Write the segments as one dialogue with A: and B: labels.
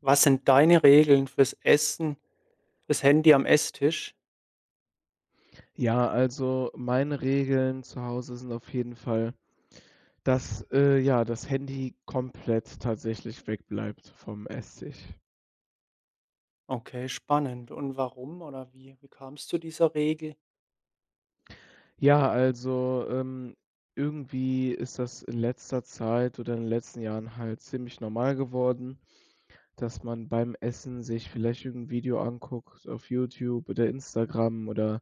A: Was sind deine Regeln fürs Handy am Esstisch?
B: Ja, also meine Regeln zu Hause sind auf jeden Fall, dass, ja, das Handy komplett tatsächlich wegbleibt vom Esstisch.
A: Okay, spannend. Und warum oder wie kam's zu dieser Regel?
B: Ja, also, irgendwie ist das in letzter Zeit oder in den letzten Jahren halt ziemlich normal geworden, dass man beim Essen sich vielleicht irgendein Video anguckt auf YouTube oder Instagram oder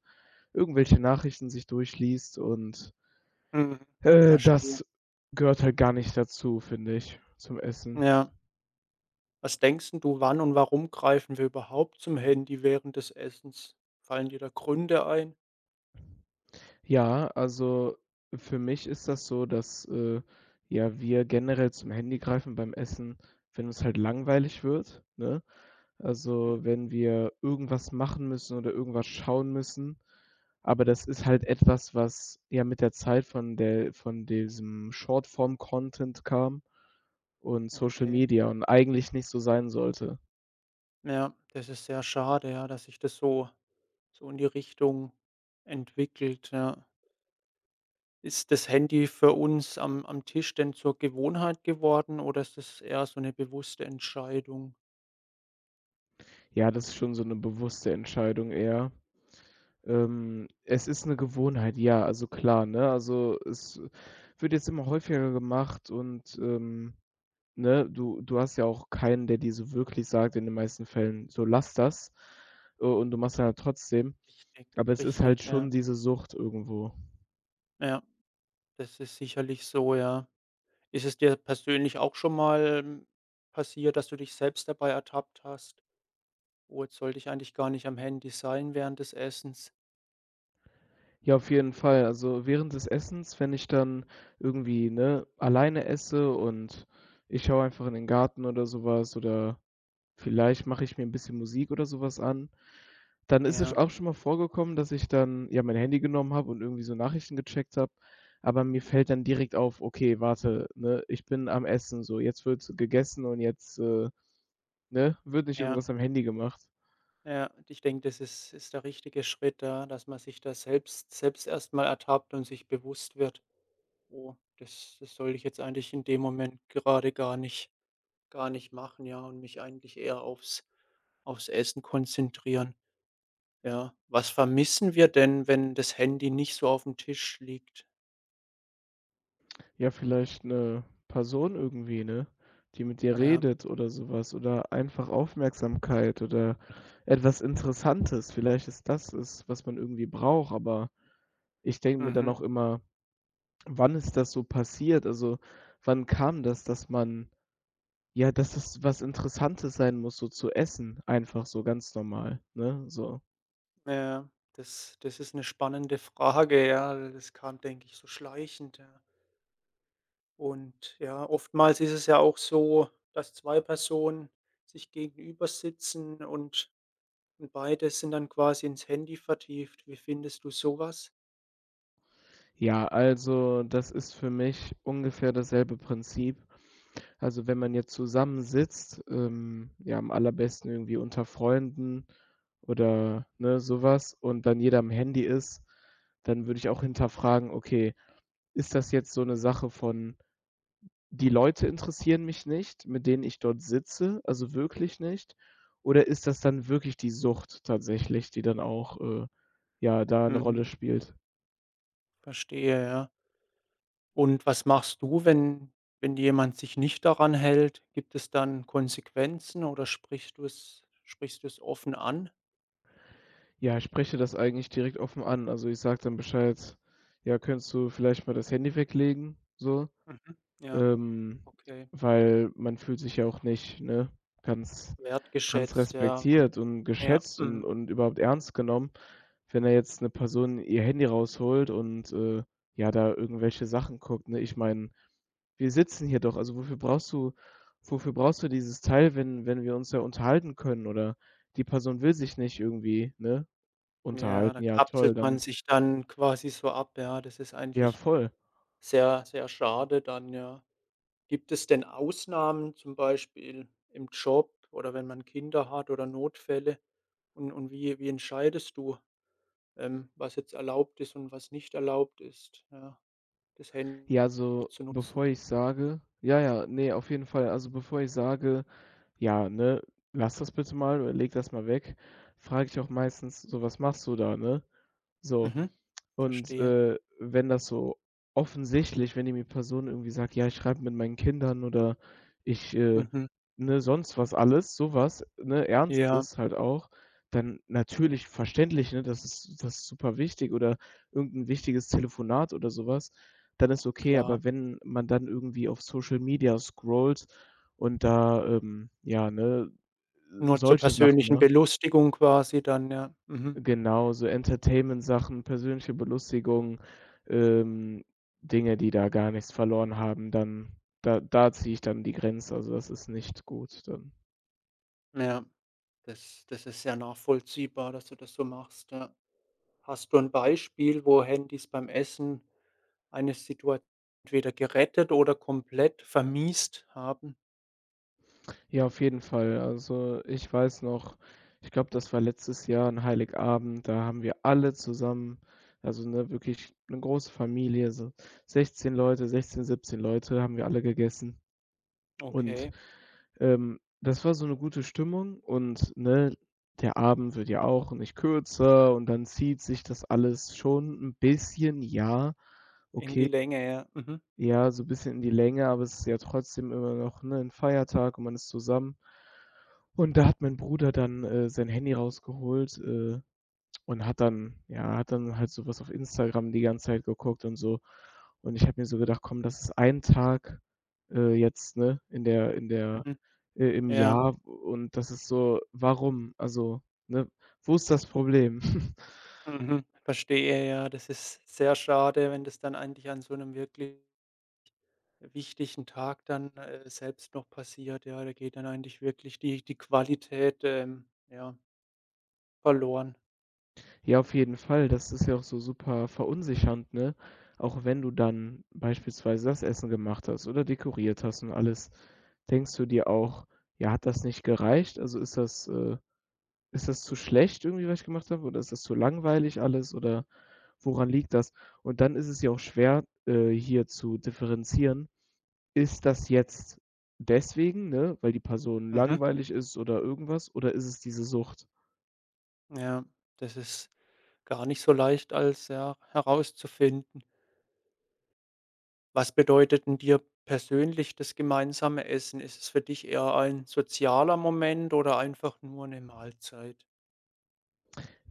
B: irgendwelche Nachrichten sich durchliest und,
A: Mhm, verstehe.
B: das gehört halt gar nicht dazu, finde ich, zum Essen.
A: Ja. Was denkst 'n du, wann und warum greifen wir überhaupt zum Handy während des Essens? Fallen dir da Gründe ein?
B: Ja, also für mich ist das so, dass, ja, wir generell zum Handy greifen beim Essen, wenn uns halt langweilig wird, ne?
A: Mhm,
B: Also, wenn wir irgendwas machen müssen oder irgendwas schauen müssen. Aber das ist halt etwas, was ja mit der Zeit von diesem Shortform-Content kam und Social
A: okay.
B: Media und eigentlich nicht so sein sollte.
A: Ja, das ist sehr schade, ja, dass sich das so in die Richtung entwickelt, ja. Ist das Handy für uns am Tisch denn zur Gewohnheit geworden oder ist das eher so eine bewusste Entscheidung?
B: Ja, das ist schon so eine bewusste Entscheidung eher. Es ist 'ne Gewohnheit, ja, also klar, ne? Also, es wird jetzt immer häufiger gemacht und, ne, du hast ja auch keinen, der dir so wirklich sagt in den meisten Fällen: „So, lass das“, und du machst dann halt trotzdem.
A: Richtig,
B: Aber es ist
A: richtig,
B: halt schon
A: ja.
B: diese Sucht irgendwo.
A: Ja, das ist sicherlich so, ja. Ist es dir persönlich auch schon mal, passiert, dass du dich selbst dabei ertappt hast: „Oh, jetzt sollte ich eigentlich gar nicht am Handy sein während des Essens?"
B: Ja, auf jeden Fall. Also, während des Essens, wenn ich dann irgendwie, ne, alleine esse und ich schaue einfach in den Garten oder so was oder vielleicht mache ich mir 'n bisschen Musik oder so was an. Dann ist es
A: Ja,
B: auch schon mal vorgekommen, dass ich dann, ja, mein Handy genommen habe und irgendwie so Nachrichten gecheckt habe, aber mir fällt dann direkt auf: „Okay, warte, ne, ich bin am Essen so, jetzt wird gegessen und jetzt, ne, wird nicht
A: ja,
B: irgendwas am Handy gemacht.“
A: ja. Ich denke, das ist der richtige Schritt, da, dass man sich da selbst erstmal ertappt und sich bewusst wird: „Oh, das sollte ich jetzt eigentlich in dem Moment gerade gar nicht machen, ja, und mich eigentlich eher aufs Essen konzentrieren." Ja. Was vermissen wir denn, wenn das Handy nicht so auf dem Tisch liegt?
B: Ja, vielleicht 'ne Person irgendwie, ne, die mit dir
A: Ja.
B: redet oder so was oder einfach Aufmerksamkeit oder etwas Interessantes. Vielleicht ist das es, was man irgendwie braucht, aber ich denke mir dann
A: Mhm.
B: auch immer: „Wann ist das so passiert?“ Also, wann kam das, dass man ja, dass es was Interessantes sein muss, so zu essen, einfach so ganz normal, ne, so.
A: Ja, ja. Das ist eine spannende Frage, ja. Das kam, denke ich, so schleichend, ja. Und ja, oftmals ist es ja auch so, dass 2 Personen sich gegenüber sitzen und beide sind dann quasi ins Handy vertieft. Wie findest du sowas?
B: Ja, also, das ist für mich ungefähr dasselbe Prinzip. Also, wenn man jetzt zusammensitzt, ja, am allerbesten irgendwie unter Freunden oder, ne, so was und dann jeder am Handy ist, dann würde ich auch hinterfragen: „Okay, ist das jetzt so 'ne Sache von die Leute interessieren mich nicht, mit denen ich dort sitze, also wirklich nicht? Oder ist das dann wirklich die Sucht tatsächlich, die dann auch, ja, da 'ne
A: Mhm.
B: Rolle spielt?“
A: Verstehe, ja. Und was machst du, wenn jemand sich nicht daran hält? Gibt es dann Konsequenzen oder sprichst du es offen an?
B: Ja, ich spreche das eigentlich direkt offen an. Also, ich sage dann Bescheid: „Ja, könntest du vielleicht mal das Handy weglegen?“ So.
A: Mhm. Ja,
B: Ähm,
A: okay.
B: Weil man fühlt sich ja auch nicht, ne, ganz
A: Wertgeschätzt, ja, wenn
B: respektiert und
A: ja,
B: geschätzt und
A: mhm.
B: überhaupt ernst genommen, wenn da jetzt 'ne Person ihr Handy rausholt und, ja, da irgendwelche Sachen guckt, ne? Ich meine, wir sitzen hier doch, also wofür brauchst du dieses Teil, wenn wir uns ja unterhalten können oder die Person will sich nicht irgendwie, ne,
A: Ja, da
B: unterhalten? Ja, toll,
A: kapselt man
B: dann
A: sich dann quasi so ab, ja. Das ist
B: ja,
A: eigentlich
B: voll.
A: sehr, sehr schade dann, ja. Gibt es denn Ausnahmen, zum Beispiel im Job oder wenn man Kinder hat oder Notfälle? Und wie entscheidest du? Was jetzt erlaubt ist und was nicht erlaubt ist, ja, das Handy
B: Ja, also,
A: zu nutzen.
B: bevor ich sage ja, ja, nee, auf jeden Fall. Also, bevor ich sage: „Ja, ne, lass das bitte mal oder leg das mal weg“, frage ich auch meistens so: „Was machst du da“, ne? So.
A: Mhm.
B: Und,
A: Verstehe.
B: wenn das so offensichtlich wenn irgendwie Person irgendwie sagt: „Ja, ich schreibe mit meinen Kindern“ oder ich,
A: Mhm.
B: ne, sonst was alles, sowas was, ne,
A: Ja,
B: Ernstes halt auch, dann natürlich verständlich, ne, das ist super wichtig oder irgendein wichtiges Telefonat oder sowas, dann ist okay.
A: klar.
B: Aber wenn man dann irgendwie auf Social Media scrollt und da, ja, ne,
A: Nur zur
B: solche Sachen,
A: persönlichen
B: ne?
A: Belustigung quasi dann, ja. Mhm.
B: Genau, so Entertainment-Sachen, persönliche Belustigung, ähm, Dinge, die da gar nichts verloren haben, dann da ziehe ich dann die Grenze. Also, das ist nicht gut dann.
A: Ja, das ist sehr nachvollziehbar, dass du das so machst, ja. Hast du ein Beispiel, wo Handys beim Essen eine Situation entweder gerettet oder komplett vermiest haben?
B: Ja, auf jeden Fall. Also, ich weiß noch, ich glaube, das war letztes Jahr an Heiligabend, da haben wir alle zusammen also, ne, wirklich eine große Familie, so 16 Leute, 16, 17 Leute haben wir alle gegessen. Und,
A: Okay,
B: das war so eine gute Stimmung und, ne, der Abend wird ja auch nicht kürzer und dann zieht sich das alles schon ein bisschen, ja,
A: in die
B: okay,
A: Länge, ja. Mhm.
B: ja, so ein bisschen in die Länge, aber es ist ja trotzdem immer noch, ne, ein Feiertag und man ist zusammen. Und da hat mein Bruder dann, sein Handy rausgeholt, und hat dann ja, hat dann halt sowas auf Instagram die ganze Zeit geguckt und so. Und ich habe mir so gedacht: „Komm, das ist ein Tag, jetzt, ne, in der
A: Mhm.
B: im
A: Ja.
B: Jahr und das ist so warum? Also, ne, wo ist das Problem?“
A: Mhm, verstehe, ja. Das ist sehr schade, wenn das dann eigentlich an so einem wirklich wichtigen Tag dann, selbst noch passiert. Ja, da geht dann eigentlich wirklich die Qualität, ja, verloren.
B: Ja, auf jeden Fall. Das ist ja auch so super verunsichernd, ne? Auch wenn du dann beispielsweise das Essen gemacht hast oder dekoriert hast und alles, denkst du dir auch: „Ja, hat das nicht gereicht? Also, ist das, ist das zu schlecht irgendwie, was ich gemacht habe oder ist das zu langweilig alles oder woran liegt das? Und dann ist es ja auch schwer, hier zu differenzieren. Ist das jetzt deswegen, ne, weil die Person
A: Mhm.
B: langweilig ist oder irgendwas oder ist es diese Sucht?“
A: Ja, das ist gar nicht so leicht als, ja, herauszufinden. Was bedeutet denn dir persönlich das gemeinsame Essen? Ist es für dich eher ein sozialer Moment oder einfach nur eine Mahlzeit?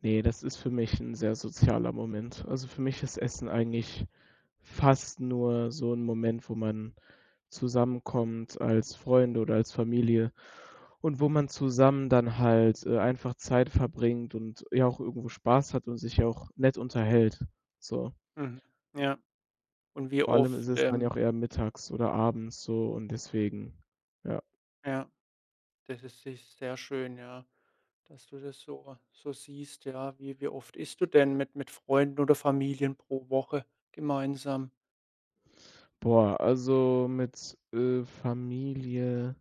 B: Ne, das ist für mich 'n sehr sozialer Moment. Also, für mich ist Essen eigentlich fast nur so 'n Moment, wo man zusammenkommt als Freunde oder als Familie. Und wo man zusammen dann halt, einfach Zeit verbringt und ja auch irgendwo Spaß hat und sich ja auch nett unterhält, so.
A: Mhm, ja. Und wie
B: Vor allem ist
A: oft,
B: es dann ja auch eher mittags oder abends so und deswegen, ja.
A: ja. Das ist sich sehr schön, ja, dass du das so siehst, ja. Wie oft isst du denn mit Freunden oder Familien pro Woche gemeinsam?
B: Boah, also mit, Familie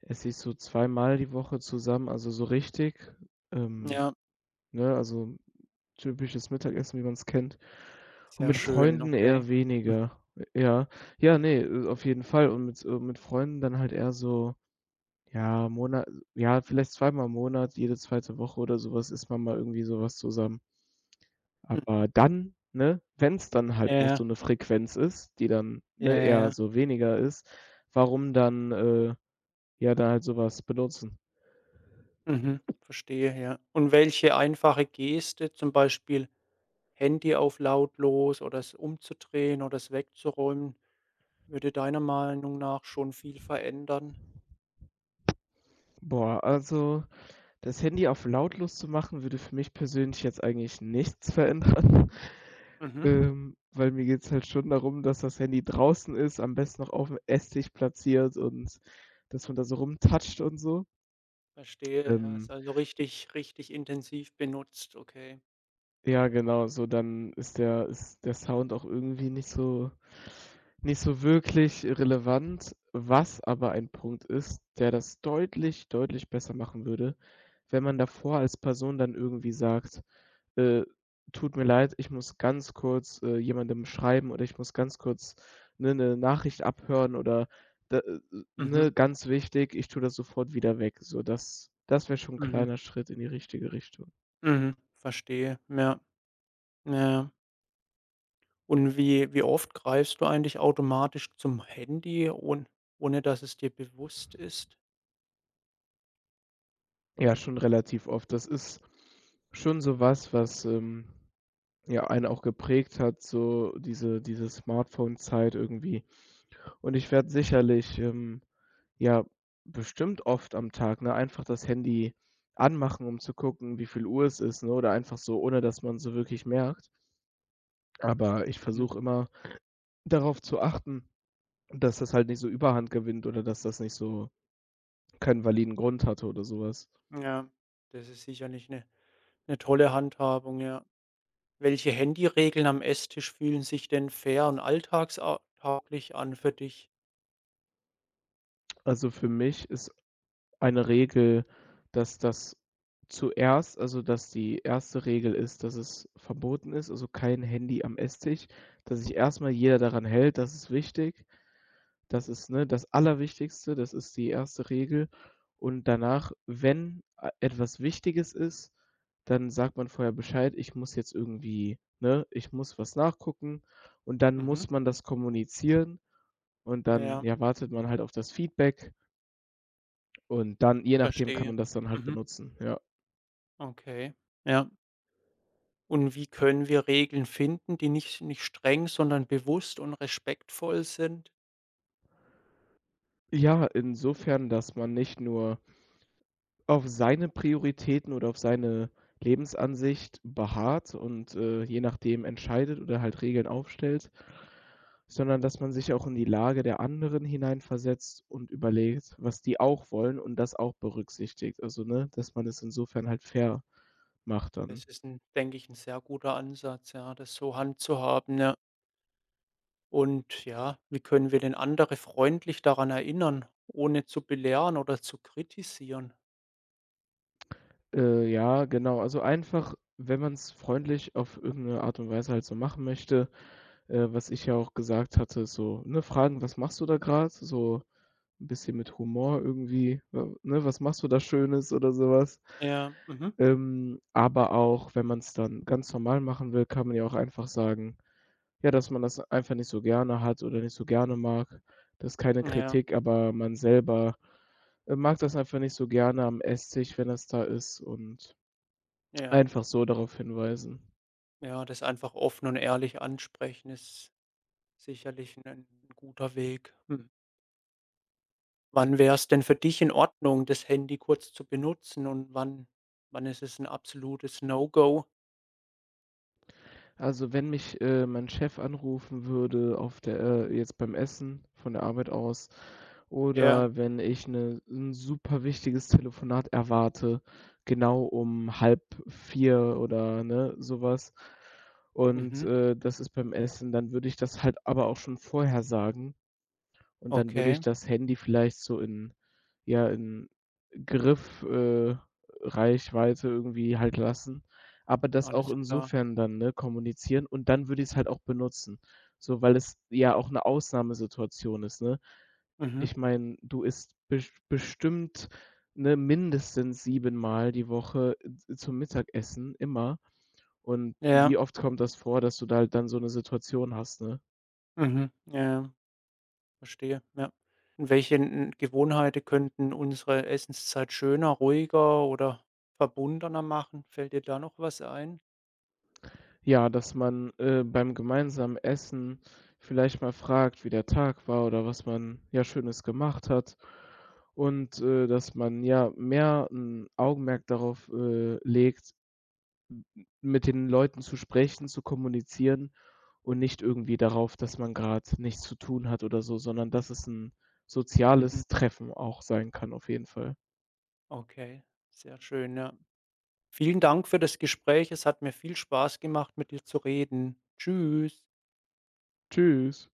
B: esse ich so 2-mal die Woche zusammen, also so richtig, ähm,
A: Ja,
B: ne, also typisches Mittagessen, wie man es kennt. Und
A: sehr
B: mit
A: schön,
B: Freunden
A: okay.
B: eher
A: Mhm,
B: weniger, ja. Ja, ne, auf jeden Fall und mit Freunden dann halt eher so ja, Monat, ja, vielleicht 2-mal im Monat, jede zweite Woche oder so was isst man mal irgendwie so was zusammen.
A: mhm.
B: Aber dann, ne, wenn's dann
A: Ja,
B: halt auch
A: ja,
B: so 'ne Frequenz ist, die dann,
A: ja,
B: ne,
A: ja,
B: eher
A: ja.
B: so weniger ist, warum dann, ja, dann halt so was benutzen?
A: Mhm, verstehe, ja. Und welche einfache Geste, zum Beispiel Handy auf lautlos oder es umzudrehen oder es wegzuräumen, würde deiner Meinung nach schon viel verändern?
B: Boah, also, das Handy auf lautlos zu machen, würde für mich persönlich jetzt eigentlich nichts verändern,
A: Mhm,
B: weil mir geht's halt schon darum, dass das Handy draußen ist, am besten noch aufm Esstisch platziert und dass man da so rumtatscht und so.
A: verstehe, ja. Ist
B: Ähm,
A: also richtig richtig intensiv benutzt, okay.
B: ja, genau, so dann ist der Sound auch irgendwie nicht so nicht so wirklich relevant. Was aber ein Punkt ist, der das deutlich, deutlich besser machen würde, wenn man davor als Person dann irgendwie sagt: „Äh, tut mir leid, ich muss ganz kurz, jemandem schreiben oder ich muss ganz kurz, ne, 'ne Nachricht abhören oder da
A: Mhm.
B: ne, ganz wichtig, ich tue das sofort wieder weg.“ So, das das wäre schon 'n
A: Mhm,
B: kleiner Schritt in die richtige Richtung.
A: mhm, verstehe. Ja, ja, ja. Und wie oft greifst du eigentlich automatisch zum Handy, ohne dass es dir bewusst ist?
B: Ja, schon relativ oft. Das ist schon so was, was, ja, einen auch geprägt hat, so diese Smartphone-Zeit irgendwie. Und ich werde sicherlich, ja, bestimmt oft am Tag, ne, einfach das Handy anmachen, um zu gucken, wie viel Uhr es ist, ne, oder einfach so, ohne dass man so wirklich merkt. Aber ich
A: Mhm.
B: versuche immer darauf zu achten, dass das halt nicht so Überhand gewinnt oder dass das nicht so keinen validen Grund hatte oder sowas.
A: Ja, das ist sicherlich eine tolle Handhabung, ja. Welche Handyregeln am Esstisch fühlen sich denn fair und alltagsau tauglich an für dich?
B: Also, für mich ist eine Regel, dass das zuerst also, dass die erste Regel ist, dass es verboten ist, also kein Handy am Esstisch, dass sich erst mal jeder daran hält, das ist wichtig. Das
A: Mhm.
B: ist, ne, das Allerwichtigste, das ist die erste Regel. Und danach, wenn a etwas Wichtiges ist, dann sagt man vorher Bescheid: „Ich muss jetzt irgendwie ne, ich muss was nachgucken.“ Und dann
A: Mhm,
B: muss man das kommunizieren und dann,
A: ja,
B: ja, wartet man halt auf das Feedback. Und dann je nachdem kann
A: verstehe.
B: man das dann halt
A: Mhm,
B: benutzen, ja.
A: okay, ja. Und wie können wir Regeln finden, die nicht streng, sondern bewusst und respektvoll sind?
B: Ja, insofern, dass man nicht nur auf seine Prioritäten oder auf seine Lebensansicht beharrt und, je nachdem entscheidet oder halt Regeln aufstellt, sondern dass man sich auch in die Lage der anderen hineinversetzt und überlegt, was die auch wollen und das auch berücksichtigt. Also, ne, dass man es insofern halt fair macht dann.
A: Das ist 'n denke ich, ein sehr guter Ansatz, ja, das so handzuhaben, ja. Und ja, wie können wir denn andere freundlich daran erinnern, ohne zu belehren oder zu kritisieren?
B: Ja, genau. Also einfach, wenn man es freundlich auf irgendeine Art und Weise halt so machen möchte, was ich ja auch gesagt hatte, so, ne, fragen: „Was machst du da grad?“ So ein bisschen mit Humor irgendwie, w ne, „Was machst du da Schönes?“ oder sowas.
A: Ja, mhm,
B: Aber auch, wenn man es dann ganz normal machen will, kann man ja auch einfach sagen, ja, dass man das einfach nicht so gerne hat oder nicht so gerne mag. Das ist keine
A: ja,
B: Kritik, aber man selber, mag das einfach nicht so gerne am Esstisch, wenn das da ist und
A: ja,
B: einfach so darauf hinweisen.
A: ja, das einfach offen und ehrlich ansprechen ist sicherlich ein 'n guter Weg. Mhm. Wann wäre es denn für dich in Ordnung, das Handy kurz zu benutzen und wann ist es ein absolutes No-Go?
B: Also, wenn mich, mein Chef anrufen würde auf der jetzt beim Essen von der Arbeit aus
A: Ja,
B: oder wenn ich 'ne 'n super wichtiges Telefonat erwarte, genau um halb vier oder, ne, so was und,
A: mhm,
B: das ist beim Essen, dann würde ich das halt aber auch schon vorher sagen. Und dann würde ich
A: okay,
B: das Handy vielleicht so in ja, in Griff Reichweite irgendwie halt lassen, aber das auch
A: alles klar.
B: insofern dann, ne, kommunizieren und dann würde ich es halt auch benutzen, so, weil es ja auch 'ne Ausnahmesituation ist, ne?
A: Mhm,
B: Ich meine, du isst bestimmt, ne, mindestens 7-mal die Woche z zum Mittagessen, immer. Und wie
A: ja.
B: oft kommt das vor, dass du da halt dann so 'ne Situation hast, ne?
A: Mhm. Ja, ja, verstehe, ja. Und welche n Gewohnheiten könnten unsere Essenszeit schöner, ruhiger oder verbundener machen? Fällt dir da noch was ein?
B: Ja, dass man, beim gemeinsamen Essen vielleicht mal fragt, wie der Tag war oder was man, ja, Schönes gemacht hat und, dass man, ja, mehr ein Augenmerk darauf, legt, mit den Leuten zu sprechen, zu kommunizieren und nicht irgendwie darauf, dass man gerade nichts zu tun hat oder so, sondern dass es ein
A: Mhm.
B: soziales Treffen auch sein kann auf jeden Fall.
A: Okay, sehr schön, ja. Vielen Dank für das Gespräch. Es hat mir viel Spaß gemacht, mit dir zu reden. Tschüss.
B: Tschüss.